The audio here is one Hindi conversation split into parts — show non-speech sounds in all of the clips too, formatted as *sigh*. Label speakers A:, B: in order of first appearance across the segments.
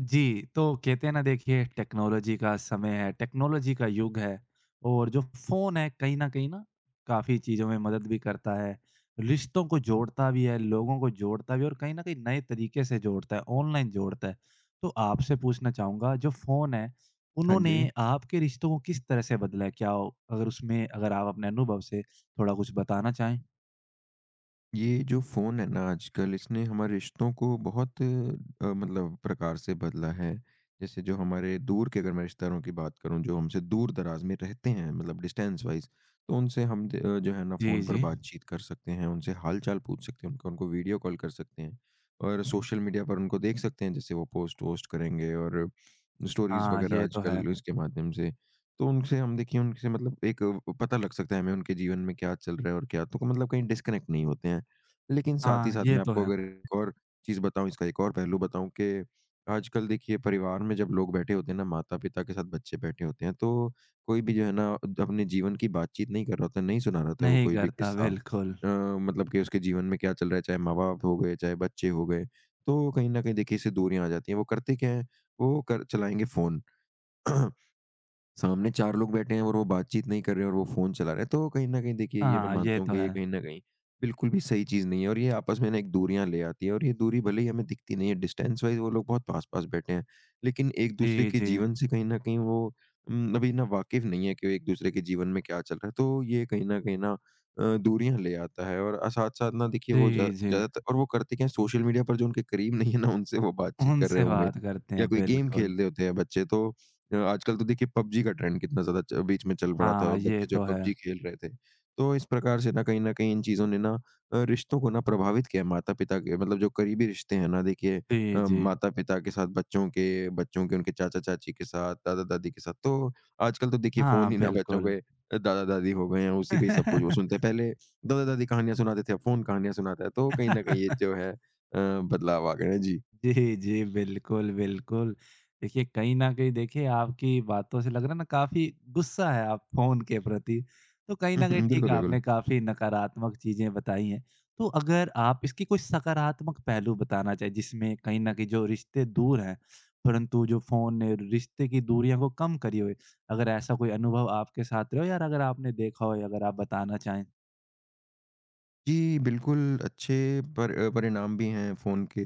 A: जी, तो कहते हैं ना देखिए टेक्नोलॉजी का समय है, टेक्नोलॉजी का युग है और जो फ़ोन है कहीं न कहीं ना काफ़ी चीज़ों में मदद भी करता है, रिश्तों को जोड़ता भी है, लोगों को जोड़ता भी है और कहीं न कहीं नए तरीके से जोड़ता है, ऑनलाइन जोड़ता है। तो आपसे पूछना चाहूँगा जो फ़ोन है,
B: हाँ
A: उन्होंने
B: जी।
A: आपके रिश्तों को किस तरह से बदला है? अगर उसमें अगर आप अपने अनुभव से थोड़ा कुछ बताना चाहें?
B: ये जो फ़ोन है ना, आजकल इसने हमारे रिश्तों को बहुत मतलब प्रकार से बदला है। जैसे जो हमारे दूर के, अगर मैं रिश्तेदारों की बात करूँ, जो हमसे दूर-दराज़ में रहते हैं, मतलब डिस्टेंस वाइज़, तो उनसे हम जो है ना,
A: जी,
B: फ़ोन पर
A: जी।
B: बातचीत कर सकते हैं, उनसे हाल-चाल पूछ सकते हैं, उनको उनको वीडियो कॉल कर सकते हैं और सोशल मीडिया पर उनको देख सकते हैं, जैसे वो पोस्ट वोस्ट करेंगे और स्टोरीज़
A: हाँ,
B: वग़ैरह
A: ये तो
B: आजकल
A: है।
B: इसके माध्यम से। तो उनसे हम देखिए, उनसे मतलब एक पता लग सकता है हमें उनके जीवन में क्या चल रहा है, और क्या, तो मतलब कहीं डिस्कनेक्ट नहीं होते हैं। लेकिन साथ ही
A: हाँ,
B: साथ
A: ये
B: मैं
A: तो
B: आपको
A: है।
B: अगर एक और चीज़ बताऊँ, इसका एक और पहलू बताऊँ, कि आजकल देखिए, परिवार में जब लोग बैठे होते हैं ना, माता-पिता के साथ बच्चे बैठे होते हैं, तो कोई भी जो है ना, अद अपने जीवन की बातचीत नहीं कर रहा होता है, नहीं सुना रहा होता है वो
A: नहीं
B: कोई भी
A: करता,
B: किस्सा।
A: बिल्कुल।
B: मतलब कि उसके जीवन में क्या चल रहा है, चाहे माँ-बाप हो गए, चाहे बच्चे हो गए, तो कहीं न कहीं देखिए इससे दूरियाँ आ जाती हैं। वो करते क्या हैं, वो कर चलाएँगे फ़ोन। *clears throat* सामने 4 लोग बैठे हैं और वो बातचीत नहीं कर रहे हैं और वो फ़ोन चला रहे हैं, तो कहीं न कहीं देखिए, ये मैं
A: हाँ, ये
B: मानता हूँ
A: तो
B: कि
A: है।
B: ये कहीं न कहीं बिल्कुल भी सही चीज़ नहीं है। और ये आपस में ना एक दूरियाँ ले आती है, और ये दूरी भले ही हमें दिखती नहीं है, डिस्टेंस वाइज़ वो लोग बहुत पास-पास बैठे हैं, लेकिन एक-दूसरे
A: जी,
B: के
A: जी।
B: जीवन से कहीं न कहीं वो अभी ना वाकिफ़ नहीं है कि एक-दूसरे के जीवन में क्या चल रहा है। तो ये कहीं न कहीं ना दूरियाँ ले आता है, और साथ-साथ ना देखिए वो ज़्या
A: जी, जी।
B: ज़्यादातर और वो करते क्या है, सोशल मीडिया पर जो उनके करीब नहीं है ना, उनसे वो बातचीत कर रहे
A: उनसे
B: होंगे,
A: बात करते
B: या
A: हैं,
B: कोई गेम
A: बिल्कुल।
B: खेल रहे होते हैं बच्चे, तो आजकल तो देखिए पबजी का ट्रेंड कितना ज़्यादा च बीच में चल पड़ा था
A: हाँ,
B: और
A: ये
B: बच्चे जो है
A: तो है।
B: पबजी खेल रहे थे। तो इस प्रकार से ना कहीं न कहीं इन चीज़ों ने ना रिश्तों को ना प्रभावित किया है, माता-पिता के मतलब जो करीबी रिश्ते हैं ना देखिए,
A: जी,
B: अ,
A: जी।
B: माता-पिता के साथ बच्चों के उनके चाचा-चाची के साथ, दादा-दादी के साथ। तो आजकल तो देखिए
A: हाँ,
B: फ़ोन ही ना बच्चों
A: बिल्कुल।
B: के दादा-दादी हो गए हैं, उसी पे ही सब कुछ वो सुनते हैं।
A: *laughs*
B: पहले दादा-दादी कहानियाँ सुनाते थे, अब फ़ोन कहानियाँ सुनाता है। तो कहीं न कहीं ये जो है बदलाव आ गए हैं। जी।
A: जी, जी। बिल्कुल, बिल्कुल। देखिए, कहीं न कहीं देखिए आपकी बातों से लग रहा है ना काफ़ी गुस्सा है आप फ़ोन के प्रति। तो कहीं न कहीं
B: *laughs*
A: ठीक
B: बिल्कुल,
A: है,
B: बिल्कुल।
A: आपने काफ़ी नकारात्मक चीज़ें बताई हैं। तो अगर आप इसकी कोई सकारात्मक पहलू बताना चाहें जिसमें कहीं न कहीं जो रिश्ते दूर हैं, परंतु जो फ़ोन ने रिश्ते की दूरियाँ को कम करी हो। अगर ऐसा कोई अनुभव आपके साथ रहा हो या अगर आपने देखा हो या अगर आप बताना चाहें?
B: जी, बिल्कुल अच्छे पर परिणाम भी हैं फ़ोन के।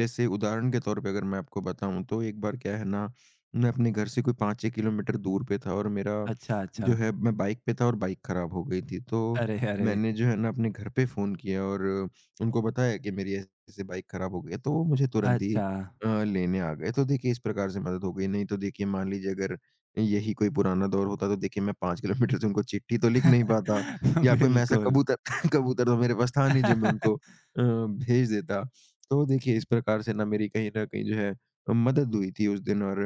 B: जैसे उदाहरण के तौर पे अगर मैं आपको बताऊँ, तो एक बार क्या है ना, मैं अपने घर से कोई 5-6 किलोमीटर दूर पे था, और मेरा
A: अच्छा, अच्छा।
B: जो है, मैं बाइक पे था और बाइक खराब हो गई थी। तो
A: अरे, अरे!
B: मैंने जो है ना, अपने घर पे फ़ोन किया और उनको बताया कि मेरी ऐसे-ऐसे बाइक खराब हो गई है, तो वो मुझे तुरंत ही
A: अच्छा।
B: लेने आ गए। तो देखिए इस प्रकार से मदद हो गई, नहीं तो देखिए मान लीजिए, अगर यही कोई पुराना दौर होता तो देखिए, मैं 5 किलोमीटर से उनको चिट्ठी तो लिख नहीं पाता।
A: *laughs*
B: या कोई मैं ऐसा
A: बिल्कुल।
B: कबूतर *laughs* कबूतर तो मेरे पास था नहीं, जो मैं उनको
A: *laughs*
B: भेज देता। तो देखिए इस प्रकार से ना मेरी कहीं न कहीं जो है मदद हुई थी उस दिन, और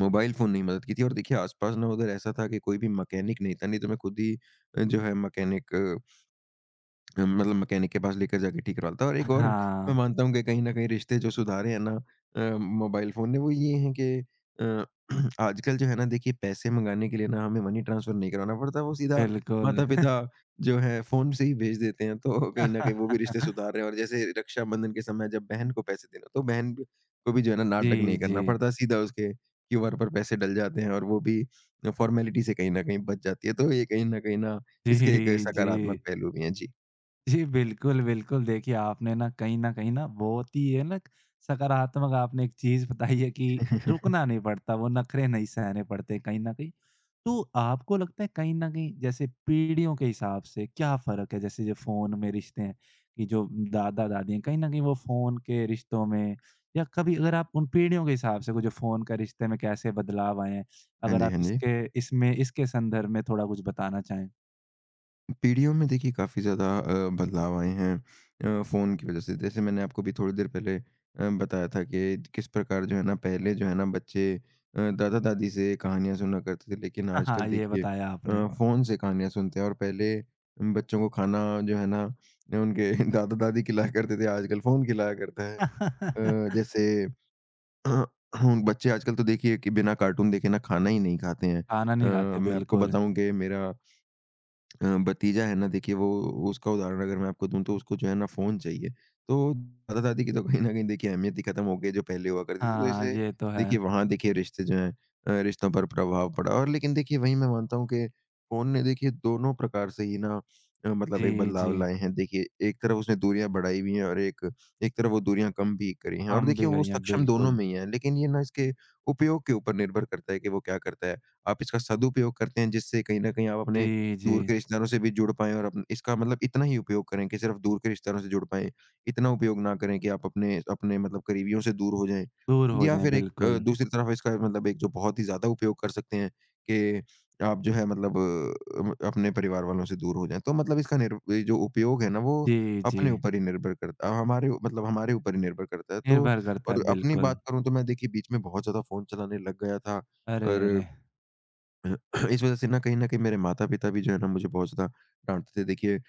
B: मोबाइल फ़ोन ने ही मदद की थी। और देखिए आस-पास ना उधर ऐसा था कि कोई भी मैकेनिक नहीं था, नहीं तो मैं खुद ही जो है मैकेनिक मतलब मैकेनिक के पास लेकर जाके ठीक करवाता था। और एक और मैं
A: हाँ,
B: मानता हूँ कि कहीं न कहीं रिश्ते जो सुधारे हैं ना मोबाइल फ़ोन ने, वो ये हैं कि अ, *clears throat* आजकल जो है ना देखिए, पैसे मँगाने के लिए ना हमें मनी ट्रांसफ़र नहीं करवाना पड़ता, वो सीधा
A: बिल्कुल।
B: माता-पिता जो है फ़ोन से ही भेज देते हैं, तो कहीं न कहीं वो भी रिश्ते
A: *laughs*
B: सुधार रहे हैं। और जैसे रक्षाबंधन के समय जब बहन को पैसे देना, तो बहन ब को भी जो है ना
A: जी,
B: नाटक नहीं
A: जी।
B: करना पड़ता, सीधा उसके क्यूआर पर पैसे डल जाते हैं और वो भी फॉर्मेलिटी से कहीं न कहीं बच जाती है। तो ये कहीं न कहीं ना इसके एक
A: जी, जी।
B: सकारात्मक पहलू भी हैं। जी।
A: जी, बिल्कुल, बिल्कुल। देखिए, आपने ना कहीं न कहीं ना बहुत ही है ना सकारात्मक आपने एक चीज़ बताई है कि रुकना नहीं पड़ता, वो नखरे नहीं सहने पड़ते कहीं न कहीं। तो आपको लगता है कहीं न कहीं जैसे पीढ़ियों के हिसाब से क्या फ़र्क है? जैसे जो फ़ोन में रिश्ते हैं कि जो दादा-दादी हैं, कहीं न कहीं वो फ़ोन के रिश्तों में या कभी अगर आप उन पीढ़ियों के हिसाब से कुछ फ़ोन का रिश्ते में कैसे बदलाव आए हैं?
B: हाँ
A: अगर
B: जी,
A: आप
B: हाँ जी।
A: इसके संदर्भ में थोड़ा कुछ बताना चाहें?
B: पीढ़ियों में देखिए काफ़ी ज़्यादा बदलाव आए हैं, फ़ोन की वज़ह से। जैसे मैंने आपको अभी थोड़ी देर पहले बताया था कि किस प्रकार जो है ना, पहले जो है ना बच्चे दादा-दादी से कहानियाँ सुना करते थे, लेकिन
A: *laughs* हाँ, हाँ,
B: आजकल
A: ये
B: देखिए
A: बताया आपने।
B: फ़ोन से कहानियाँ सुनते हैं। और पहले बच्चों को खाना जो है ना उनके *laughs* दादा-दादी खिलाया करते थे, आजकल फ़ोन खिलाया करता है।
A: *laughs*
B: जैसे *clears throat* उन बच्चे आजकल तो देखिए कि बिना कार्टून देखे ना खाना ही नहीं खाते हैं।
A: खाना नहीं खाते,
B: मैं आपको
A: बिल्कुल।
B: बताऊँ कि मेरा भतीजा है ना देखिए, वो उसका उदाहरण अगर मैं आपको दूँ, तो उसको जो है ना फ़ोन चाहिए। तो दादा-दादी की तो कहीं न कहीं देखिए अहमियत ही ख़त्म हो गई, जो पहले हुआ करती थी। तो
A: हाँ,
B: इससे
A: ये तो
B: देखिए
A: है।
B: वहाँ देखिए रिश्ते जो हैं, रिश्तों पर प्रभाव पड़ा। और लेकिन देखिए वही मैं मानता हूँ कि फ़ोन ने देखिए दोनों प्रकार से ही ना मतलब एक
A: जी, जी।
B: बदलाव लाए हैं। देखिए एक तरफ उसने दूरियाँ बढ़ाई भी हैं, और एक एक तरफ वो दूरियाँ कम भी करी हैं, और
A: हम भी
B: देखिए वो
A: गरीब हैं,
B: सक्षम दोनों
A: बिल्कुल।
B: में ही है। लेकिन ये ना इसके उपयोग के ऊपर निर्भर करता है कि वो क्या करता है। आप इसका सदुपयोग करते हैं, जिससे कहीं न कहीं आप अपने
A: जी, जी।
B: दूर के रिश्तेदारों से भी जुड़ पाएँ, और अप इसका मतलब इतना ही उपयोग करें कि सिर्फ़ दूर के रिश्तेदारों से जुड़ पाएँ। इतना उपयोग ना करें कि आप अपने अपने मतलब करीबियों से दूर हो जाएँ।
A: दूर हो
B: या
A: जाएँ,
B: फिर एक
A: बिल्कुल।
B: दूसरी तरफ इसका मतलब एक जो बहुत ही ज़्यादा उपयोग कर सकते हैं कि आप जो है मतलब अपने परिवार वालों से दूर हो जाएँ। तो मतलब इसका निर ये जो उपयोग है ना, वो
A: जी, जी।
B: अपने ऊपर ही निर्भर करता है, हमारे मतलब हमारे ऊपर ही निर्भर करता है। तो
A: निर्भर करता है,
B: और अपनी
A: बिल्कुल।
B: बात करूँ, तो मैं देखिए बीच में बहुत ज़्यादा फ़ोन चलाने लग गया था,
A: अरे,
B: और
A: अरे!
B: अ, *clears throat* इस वजह से ना कहीं न कहीं मेरे माता-पिता भी जो है ना, मुझे बहुत ज़्यादा डाँटते थे। देखिए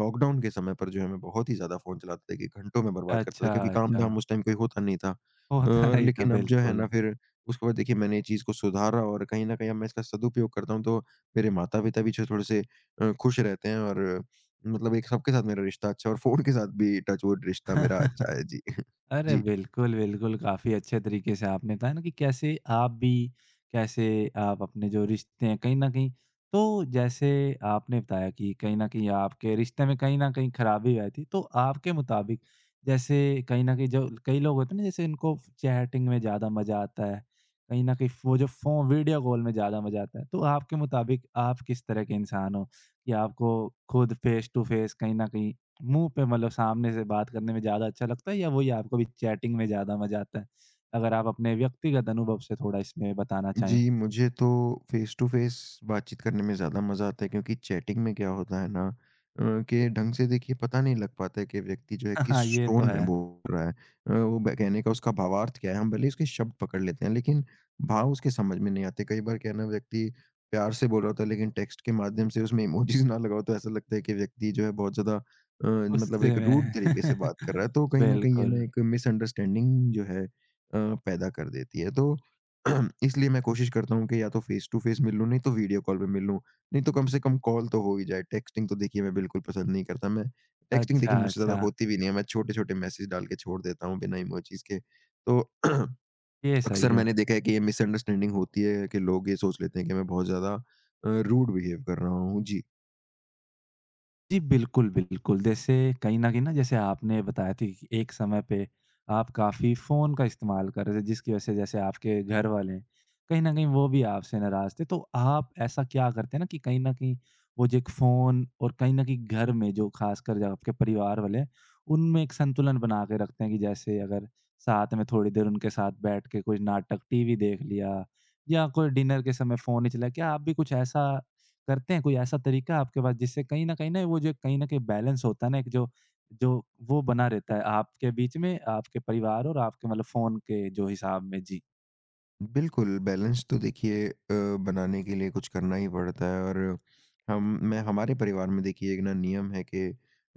B: लॉकडाउन के समय पर जो है, मैं बहुत ही ज़्यादा फ़ोन चलाता था कि घंटों में बर्बाद करता था,
A: अच्छा,
B: क्योंकि
A: अच्छा।
B: काम-धाम उस टाइम कोई होता नहीं था।
A: होता नहीं था,
B: लेकिन अब जो है
A: बिल्कुल।
B: ना, फिर उसके बाद देखिए मैंने ये चीज़ को सुधारा, और कहीं न कहीं अब मैं इसका सदुपयोग करता हूँ, तो मेरे माता-पिता भी जो थोड़े-से खुश रहते हैं, और मतलब एक सबके साथ मेरा रिश्ता अच्छा है और फ़ोन के साथ भी टच वुड रिश्ता मेरा
A: *laughs*
B: अच्छा है। जी। *laughs*
A: अरे
B: जी।
A: बिल्कुल, बिल्कुल, काफ़ी अच्छे तरीके से आपने बताया ना कि कैसे आप भी कैसे आप अपने जो रिश्ते हैं कहीं न कहीं तो जैसे आपने बताया कि कहीं न कहीं आपके रिश्ते में कहीं न कहीं खराबी आई थी। तो आपके मुताबिक जैसे कहीं न कहीं जो कई लोग होते हैं ना जैसे इनको चैटिंग में ज़्यादा मज़ा आता है, कहीं न कहीं वो जो फ़ोन वीडियो कॉल में ज़्यादा मज़ा आता है। तो आपके मुताबिक आप किस तरह के इंसान हो कि आपको खुद फ़ेस टू फ़ेस कहीं न कहीं मुँह पे मतलब सामने से बात करने में ज़्यादा अच्छा लगता है या वही आपको भी चैटिंग में ज़्यादा मज़ा आता है? अगर आप अपने व्यक्तिगत अनुभव से थोड़ा इसमें बताना चाहें।
B: जी, मुझे तो फ़ेस टू फ़ेस बातचीत करने में ज़्यादा मज़ा आता है, क्योंकि चैटिंग में क्या होता है ना, कि ढंग से देखिए पता नहीं लग पाता है कि व्यक्ति जो है
A: *laughs*
B: किस
A: हाँ, ये तो
B: टोन में
A: है।
B: बोल रहा है। वो ब कहने का उसका भावार्थ क्या है, हम भले ही उसके शब्द पकड़ लेते हैं, लेकिन भाव उसके समझ में नहीं आते। कई बार क्या है ना, व्यक्ति प्यार से बोल रहा होता है, लेकिन टेक्स्ट के माध्यम से उसमें इमोजीज़ *laughs* ना लगाओ, तो ऐसा लगता है कि व्यक्ति जो है बहुत ज़्यादा मतलब
A: गुस्से
B: एक रूड
A: में।
B: तरीके से बात कर रहा
A: *laughs*
B: है। तो कहीं न कहीं ये ना
A: बिल्कुल।
B: एक मिसअंडरस्टैंडिंग जो है पैदा कर देती है। तो *clears throat* इसलिए मैं कोशिश करता हूँ कि या तो फेस टू फेस मिल लूँ, नहीं तो वीडियो कॉल पे मिल लूँ, नहीं तो कम से कम कॉल तो हो ही जाए। टेक्स्टिंग तो देखिए मैं बिल्कुल पसंद नहीं करता। मैं टेक्स्टिंग
A: अच्छा,
B: देखिए मुझसे ज़्यादा
A: अच्छा।
B: होती भी नहीं है। मैं छोटे-छोटे मैसेज डाल के छोड़ देता हूँ बिना इमोजीज़ के। तो *clears throat*
A: ये सही
B: अक्सर
A: है।
B: मैंने देखा है कि ये मिसअंडरस्टैंडिंग होती है कि लोग ये सोच लेते हैं कि मैं बहुत ज़्यादा रूड बिहेव कर रहा हूँ। जी।
A: जी, बिल्कुल, बिल्कुल। जैसे कहीं न कहीं ना जैसे आपने बताया थी कि एक समय पे आप काफ़ी फ़ोन का इस्तेमाल कर रहे थे जिसकी वज़ह से जैसे आपके घर वाले हैं, कहीं न कहीं वो भी आपसे नाराज़ थे। तो आप ऐसा क्या करते हैं ना कि कहीं न कहीं वो जो एक फ़ोन और कहीं न कहीं घर में जो ख़ासकर जो आपके परिवार वाले हैं, उनमें एक संतुलन बना के रखते हैं कि जैसे अगर साथ में थोड़ी देर उनके साथ बैठ के कोई नाटक टीवी देख लिया या कोई डिनर के समय फ़ोन ही चलाया। क्या आप भी कुछ ऐसा करते हैं? कोई ऐसा तरीका है आपके पास जिससे कहीं न कहीं ना वो जो कहीं न कहीं बैलेंस होता है ना, एक जो जो वो बना रहता है आपके बीच में, आपके परिवार और आपके मतलब फ़ोन के जो हिसाब में? जी।
B: बिल्कुल, बैलेंस तो देखिए बनाने के लिए कुछ करना ही पड़ता है। और हम मैं हमारे परिवार में देखिए एक ना नियम है कि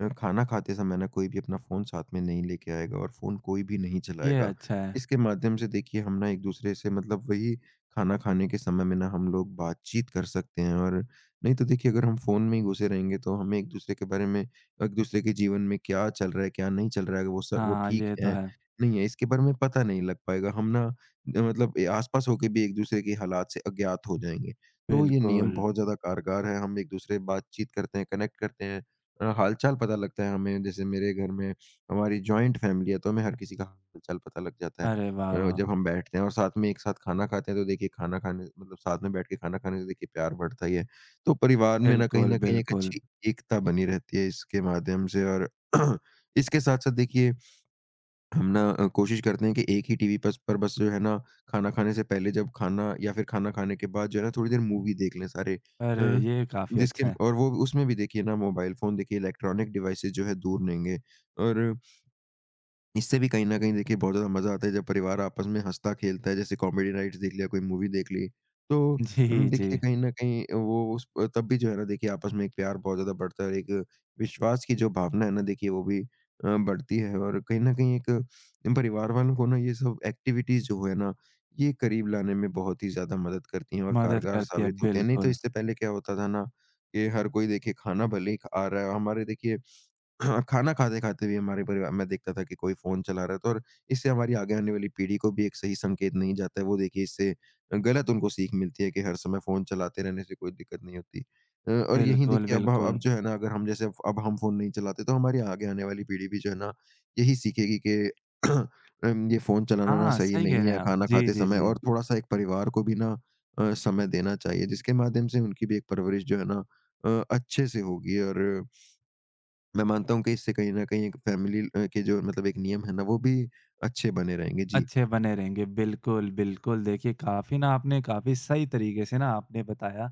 B: खाना खाते समय ना कोई भी अपना फ़ोन साथ में नहीं लेके आएगा, और फ़ोन कोई भी नहीं
A: ये
B: चलाएगा।
A: अच्छा है।
B: इसके माध्यम से देखिए हम ना एक-दूसरे से मतलब वही खाना खाने के समय में ना हम लोग बातचीत कर सकते हैं। और नहीं तो देखिए अगर हम फ़ोन में ही घुसे रहेंगे, तो हमें एक-दूसरे के बारे में, एक-दूसरे के जीवन में क्या चल रहा है, क्या नहीं चल रहा है, वो
A: हाँ,
B: ठीक
A: ये तो
B: है,
A: है।
B: नहीं है, इसके बारे में पता नहीं लग पाएगा। हम ना मतलब ए आस-पास होके भी एक-दूसरे के हालात से अज्ञात हो जाएँगे। तो ये नियम
A: बिल्कुल।
B: बहुत ज़्यादा कारगर है, हम एक-दूसरे बातचीत करते हैं, कनेक्ट करते हैं। हाल-चाल पता लगता है हमें, जैसे मेरे घर में हमारी जॉइंट फैमिली है, तो हमें हर किसी का हाल-चाल पता लग जाता है,
A: अरे वाह, वाह!
B: जब हम बैठते हैं और साथ में एक साथ खाना खाते हैं, तो देखिए खाना खाने मतलब साथ में बैठ के खाना खाने से देखिए प्यार बढ़ता ही है। तो परिवार में ना कहीं
A: बिल्कुल,
B: न कहीं एक
A: बिल्कुल।
B: अच्छी एकता बनी रहती है इसके माध्यम से। और *clears throat* इसके साथ-साथ देखिए हम ना कोशिश करते हैं कि एक ही टीवी बस जो है ना, खाना खाने से पहले जब खाना, या फिर खाना खाने के बाद जो है ना, थोड़ी देर मूवी देख लें सारे।
A: अरे,
B: अ,
A: ये काफ़ी
B: जिसके
A: अच्छा है।
B: और वो उसमें भी देखिए ना मोबाइल फ़ोन देखिए इलेक्ट्रॉनिक डिवाइसेज़ जो है दूर रहेंगे, और इससे भी कहीं न कहीं देखिए बहुत ज़्यादा मज़ा आता है जब परिवार आपस में हँसता-खेलता है, जैसे कॉमेडी नाइट्स देख लिया, कोई मूवी देख ली। तो
A: जी, जी।
B: देखिए कहीं न कहीं वो तब भी जो है ना देखिए आपस में एक प्यार बहुत ज़्यादा बढ़ता है, और एक विश्वास की जो भावना है ना देखिए वो भी बढ़ती है, और कहीं न कहीं एक परिवार वालों को ना ये सब एक्टिविटीज़ जो है ना, ये करीब लाने में बहुत ही ज़्यादा मदद करती हैं और
A: मदद
B: कारगर
A: करती है।
B: साबित होते हैं। नहीं तो
A: बिल्कुल,
B: इससे पहले क्या होता था ना, कि हर कोई देखिए खाना भले ही खा आ रहा है, हमारे देखिए हाँ, खाना खाते-खाते भी हमारे परिवार मैं देखता था कि कोई फ़ोन चला रहा है। तो और इससे हमारी आगे आने वाली पीढ़ी को भी एक सही संकेत नहीं जाता है। वो देखिए इससे गलत उनको सीख मिलती है कि हर समय फ़ोन चलाते रहने से कोई दिक्कत नहीं होती। और यहीं
A: बिल्कुल,
B: देखिए अब
A: बिल्कुल।
B: जो है ना अगर हम, जैसे अब हम फ़ोन नहीं चलाते, तो हमारी आगे आने वाली पीढ़ी भी जो है ना यही सीखेगी कि *clears throat* ये फ़ोन चलाना ना
A: हाँ,
B: सही
A: सही कह
B: नहीं
A: रहे हैं
B: है
A: आप।
B: खाना
A: जी,
B: खाते
A: जी,
B: समय,
A: जी।
B: और थोड़ा-सा एक परिवार को भी ना समय देना चाहिए, जिसके माध्यम से उनकी भी एक परवरिश जो है ना अच्छे से होगी, और मैं मानता हूँ कि इससे कहीं न कहीं एक फैमिली के जो मतलब एक नियम है ना, वो भी अच्छे बने रहेंगे। जी।
A: अच्छे बने रहेंगे। बिल्कुल, बिल्कुल। देखिए काफ़ी ना आपने काफ़ी सही तरीके से ना आपने बताया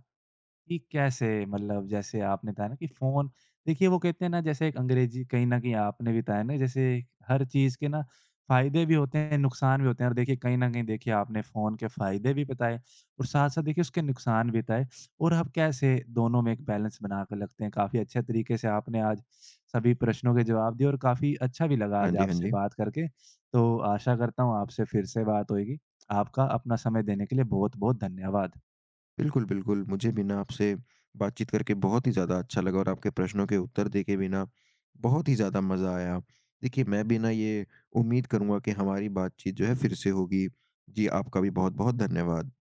A: कि कैसे मतलब जैसे आपने बताया ना कि फ़ोन देखिए वो कहते हैं ना जैसे एक अंग्रेज़ी कहीं न कहीं आपने भी बताया ना जैसे हर चीज़ के ना फ़ायदे भी होते हैं, नुकसान भी होते हैं और देखिए कहीं न कहीं देखिए आपने फ़ोन के फ़ायदे भी बताए और साथ-साथ देखिए उसके नुकसान भी बताए और आप कैसे दोनों में एक बैलेंस बना के रखते हैं। काफ़ी अच्छे तरीके से आपने आज सभी प्रश्नों के जवाब दिए और काफ़ी अच्छा भी लगा
B: हाँ
A: आज
B: जी, हाँ
A: आपसे
B: जी।
A: बात करके। तो आशा करता हूँ आपसे फिर से बात होएगी। आपका अपना समय देने के लिए बहुत-बहुत धन्यवाद।
B: बिल्कुल, बिल्कुल। मुझे भी ना आपसे बातचीत करके बहुत ही ज़्यादा अच्छा लगा, और आपके प्रश्नों के उत्तर देके भी ना बहुत ही ज़्यादा मज़ा आया। देखिए, मैं भी ना ये उम्मीद करूँगा कि हमारी बातचीत जो है फिर से होगी। जी, आपका भी बहुत-बहुत धन्यवाद।